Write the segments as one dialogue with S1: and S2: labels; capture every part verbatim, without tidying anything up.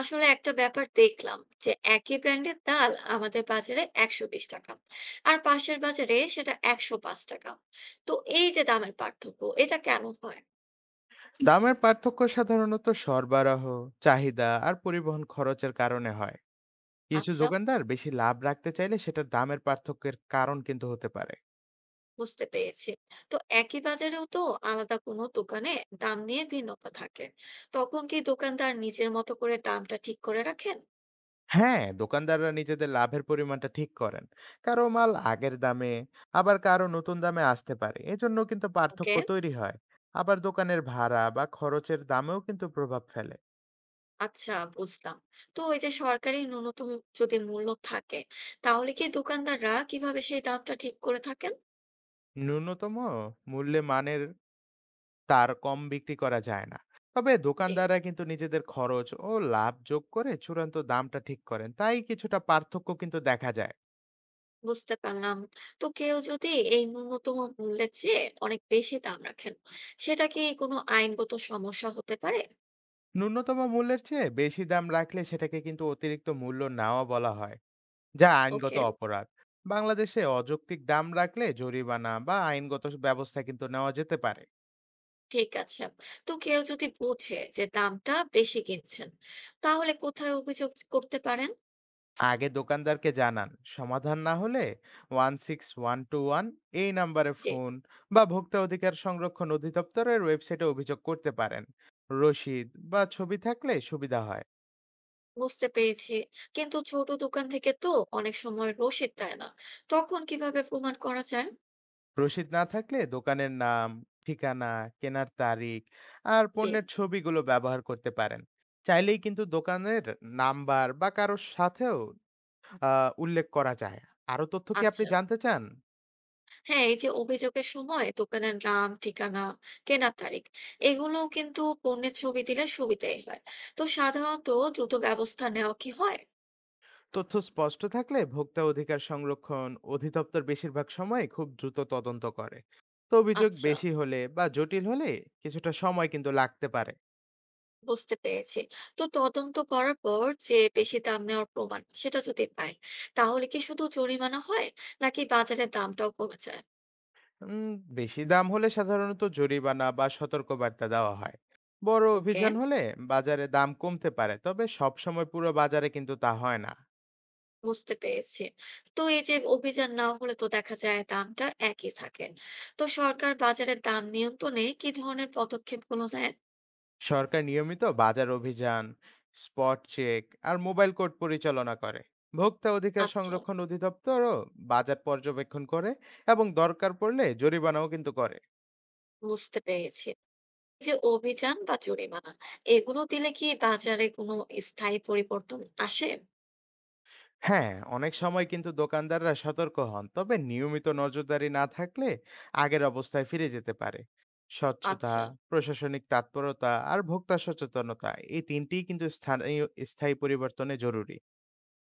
S1: আসলে একটা ব্যাপার দেখলাম যে একই ব্র্যান্ডের ডাল আমাদের বাজারে একশো বিশ টাকা। আর পাশের বাজারে সেটা একশো পাঁচ টাকা। তো এই যে দামের পার্থক্য, এটা কেন হয়?
S2: দামের পার্থক্য সাধারণত সরবরাহ, চাহিদা আর পরিবহন খরচের কারণে হয়। কিছু
S1: আচ্ছা,
S2: দোকানদার বেশি লাভ রাখতে চাইলে সেটার দামের পার্থক্যের কারণ কিন্তু হতে পারে।
S1: বুঝতে পেরেছি। তো একই বাজারেও তো আলাদা কোনো দোকানে দাম নিয়ে ভিন্নতা থাকে, তখন কি দোকানদার নিজের মতো করে দামটা ঠিক করে রাখেন?
S2: হ্যাঁ, দোকানদাররা নিজেদের লাভের পরিমাণটা ঠিক করেন। কারো মাল আগের দামে, আবার কারো নতুন দামে আসতে পারে। এজন্য কিন্তু পার্থক্য
S1: ওকে।
S2: তৈরি হয়। আবার দোকানের ভাড়া বা খরচের দামেও কিন্তু প্রভাব ফেলে।
S1: আচ্ছা, বুঝলাম। তো ওই যে সরকারি ন্যূনতম যদি মূল্য থাকে, তাহলে কি দোকানদাররা কিভাবে সেই দামটা ঠিক করে থাকেন?
S2: ন্যূনতম মূল্যে মানের তার কম বিক্রি করা যায় না। তবে
S1: জি,
S2: দোকানদাররা কিন্তু নিজেদের খরচ ও লাভ যোগ করে চূড়ান্ত দামটা ঠিক করেন। তাই কিছুটা পার্থক্য কিন্তু দেখা যায়।
S1: বুঝতে পারলাম। তো কেউ যদি এই ন্যূনতম মূল্যের চেয়ে অনেক বেশি দাম রাখেন, সেটা কি কোনো আইনগত সমস্যা হতে পারে?
S2: ন্যূনতম মূল্যের চেয়ে বেশি দাম রাখলে সেটাকে কিন্তু অতিরিক্ত মূল্য নেওয়া বলা হয়, যা আইনগত
S1: ওকে।
S2: অপরাধ। বাংলাদেশে অযৌক্তিক দাম রাখলে জরিমানা বা আইনগত ব্যবস্থা কিন্তু নেওয়া যেতে পারে।
S1: ঠিক আছে। তো কেউ যদি বোঝে যে দামটা বেশি কিনছেন, তাহলে কোথায় অভিযোগ করতে পারেন?
S2: আগে দোকানদারকে জানান, সমাধান না হলে one six one two one এই নাম্বারে
S1: যে,
S2: ফোন বা ভোক্তা অধিকার সংরক্ষণ অধিদপ্তরের ওয়েবসাইটে অভিযোগ করতে পারেন। রসিদ বা ছবি থাকলে সুবিধা হয়।
S1: বুঝতে পেরেছি। কিন্তু ছোট দোকান থেকে তো অনেক সময় রসিদ দেয় না, তখন কিভাবে প্রমাণ করা যায়?
S2: রসিদ না থাকলে দোকানের নাম, ঠিকানা, কেনার তারিখ আর
S1: জি।
S2: পণ্যের ছবিগুলো ব্যবহার করতে পারেন। চাইলেই কিন্তু দোকানের নাম্বার বা কারোর সাথেও আহ, উল্লেখ করা যায়। আরো তথ্য কি আপনি
S1: আচ্ছা,
S2: জানতে চান?
S1: হ্যাঁ, এই যে অভিযোগের সময় দোকানের নাম, ঠিকানা, কেনার তারিখ এগুলোও কিন্তু পণ্যের ছবি দিলে সুবিধাই হয়। তো সাধারণত দ্রুত ব্যবস্থা নেওয়া কি হয়?
S2: তথ্য স্পষ্ট থাকলে ভোক্তা অধিকার সংরক্ষণ অধিদপ্তর বেশিরভাগ সময় খুব দ্রুত তদন্ত করে। তো অভিযোগ
S1: আচ্ছা,
S2: বেশি হলে বা জটিল হলে কিছুটা সময় কিন্তু লাগতে পারে।
S1: বুঝতে পেরেছি। তো তদন্ত করার পর যে বেশি দাম নেওয়ার প্রমাণ সেটা যদি পায়, তাহলে কি শুধু জরিমানা হয় নাকি বাজারের দামটাও কমে যায়?
S2: উম, বেশি দাম হলে সাধারণত জরিমানা বা সতর্কবার্তা দেওয়া হয়। বড়
S1: ওকে,
S2: অভিযান হলে বাজারে দাম কমতে পারে, তবে সব সময় পুরো বাজারে কিন্তু তা হয় না।
S1: বুঝতে পেরেছি। তো এই যে অভিযান না হলে তো দেখা যায় দামটা একই থাকে। তো সরকার বাজারের দাম নিয়ন্ত্রণে কি ধরনের পদক্ষেপগুলো নেয়?
S2: সরকার নিয়মিত বাজার অভিযান, স্পট চেক আর মোবাইল কোর্ট পরিচালনা করে। ভোক্তা অধিকার
S1: আচ্ছা,
S2: সংরক্ষণ অধিদপ্তরও বাজার পর্যবেক্ষণ করে এবং দরকার পড়লে জরিমানাও কিন্তু করে।
S1: বুঝতে পেরেছি। এই যে অভিযান বা জরিমানা এগুলো দিলে কি বাজারে কোনো স্থায়ী পরিবর্তন আসে?
S2: হ্যাঁ, অনেক সময় কিন্তু দোকানদাররা সতর্ক হন, তবে নিয়মিত নজরদারি না থাকলে আগের অবস্থায় ফিরে যেতে পারে। স্বচ্ছতা,
S1: আচ্ছা,
S2: প্রশাসনিক তৎপরতা আর ভোক্তা সচেতনতা এই তিনটিই কিন্তু স্থানীয় স্থায়ী পরিবর্তনে জরুরি।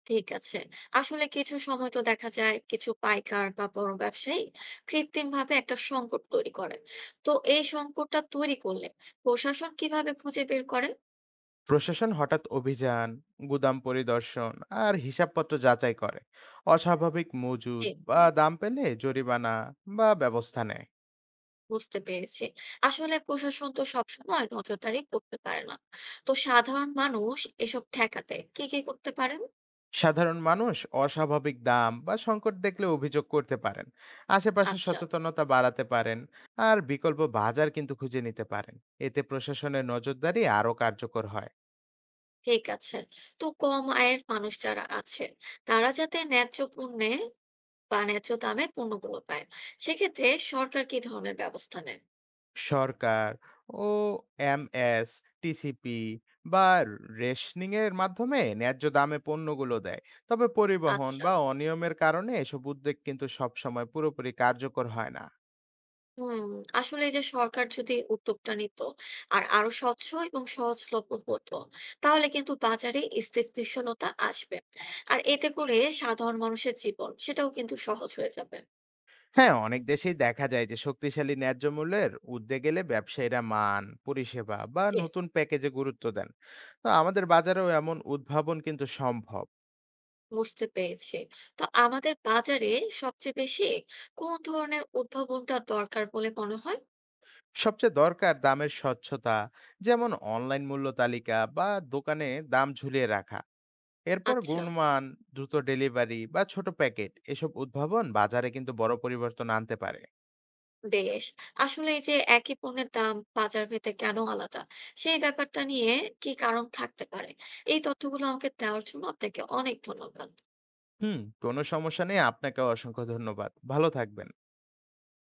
S1: ঠিক আছে। আসলে কিছু সময় তো দেখা যায় কিছু পাইকার বা বড় ব্যবসায়ী কৃত্রিমভাবে একটা সংকট তৈরি করে। তো এই সংকটটা তৈরি করলে প্রশাসন কিভাবে খুঁজে বের করে?
S2: প্রশাসন হঠাৎ অভিযান, গুদাম পরিদর্শন আর হিসাবপত্র যাচাই করে। অস্বাভাবিক মজুদ
S1: জি,
S2: বা দাম পেলে জরিমানা বা ব্যবস্থা নেয়।
S1: বুঝতে পেরেছি। আসলে প্রশাসন তো সবসময় নজরদারি করতে পারে না। তো সাধারণ মানুষ এসব ঠেকাতে কি, কি করতে পারেন?
S2: সাধারণ মানুষ অস্বাভাবিক দাম বা সংকট দেখলে অভিযোগ করতে পারেন, আশেপাশে
S1: আচ্ছা।
S2: সচেতনতা বাড়াতে পারেন আর বিকল্প বাজার কিন্তু খুঁজে নিতে পারেন। এতে প্রশাসনের নজরদারি আরও কার্যকর হয়।
S1: ঠিক আছে। তো কম আয়ের মানুষ যারা আছে, তারা যাতে ন্যায্য পণ্যে বা ন্যায্য দামে পণ্যগুলো পায়, সেক্ষেত্রে সরকার কি ধরনের ব্যবস্থা নেয়?
S2: সরকার ও এমএস, টিসিপি বা রেশনিং এর মাধ্যমে ন্যায্য দামে পণ্যগুলো দেয়। তবে পরিবহন
S1: আচ্ছা।
S2: বা অনিয়মের কারণে এসব উদ্যোগ কিন্তু সবসময় পুরোপুরি কার্যকর হয় না।
S1: হুম, আসলে এই যে সরকার যদি উদ্যোগটা নিত আর আরো স্বচ্ছ এবং সহজলভ্য হতো, তাহলে কিন্তু বাজারে স্থিতিশীলতা আসবে। আর এতে করে সাধারণ মানুষের জীবন, সেটাও কিন্তু সহজ হয়ে যাবে।
S2: হ্যাঁ, অনেক দেশেই দেখা যায় যে শক্তিশালী ন্যায্য মূল্যের উদ্যোগ গেলে ব্যবসায়ীরা মান, পরিষেবা বা
S1: জি।
S2: নতুন প্যাকেজে গুরুত্ব দেন। তো আমাদের বাজারেও এমন উদ্ভাবন কিন্তু সম্ভব।
S1: বুঝতে পেরেছি। তো আমাদের বাজারে সবচেয়ে বেশি কোন ধরনের উদ্ভাবনটা দরকার বলে মনে হয়?
S2: সবচেয়ে দরকার দামের স্বচ্ছতা, যেমন অনলাইন মূল্য তালিকা বা দোকানে দাম ঝুলিয়ে রাখা। এরপর
S1: আচ্ছা,
S2: গুণমান, দ্রুত ডেলিভারি বা ছোট প্যাকেট, এসব উদ্ভাবন বাজারে কিন্তু বড় পরিবর্তন আনতে পারে।
S1: বেশ। আসলে এই যে একই পণ্যের দাম বাজার ভেদে কেন আলাদা, সেই ব্যাপারটা নিয়ে কি কারণ থাকতে পারে, এই তথ্যগুলো আমাকে দেওয়ার জন্য আপনাকে অনেক ধন্যবাদ।
S2: হুম, কোনো সমস্যা নেই। আপনাকে অসংখ্য ধন্যবাদ, ভালো থাকবেন।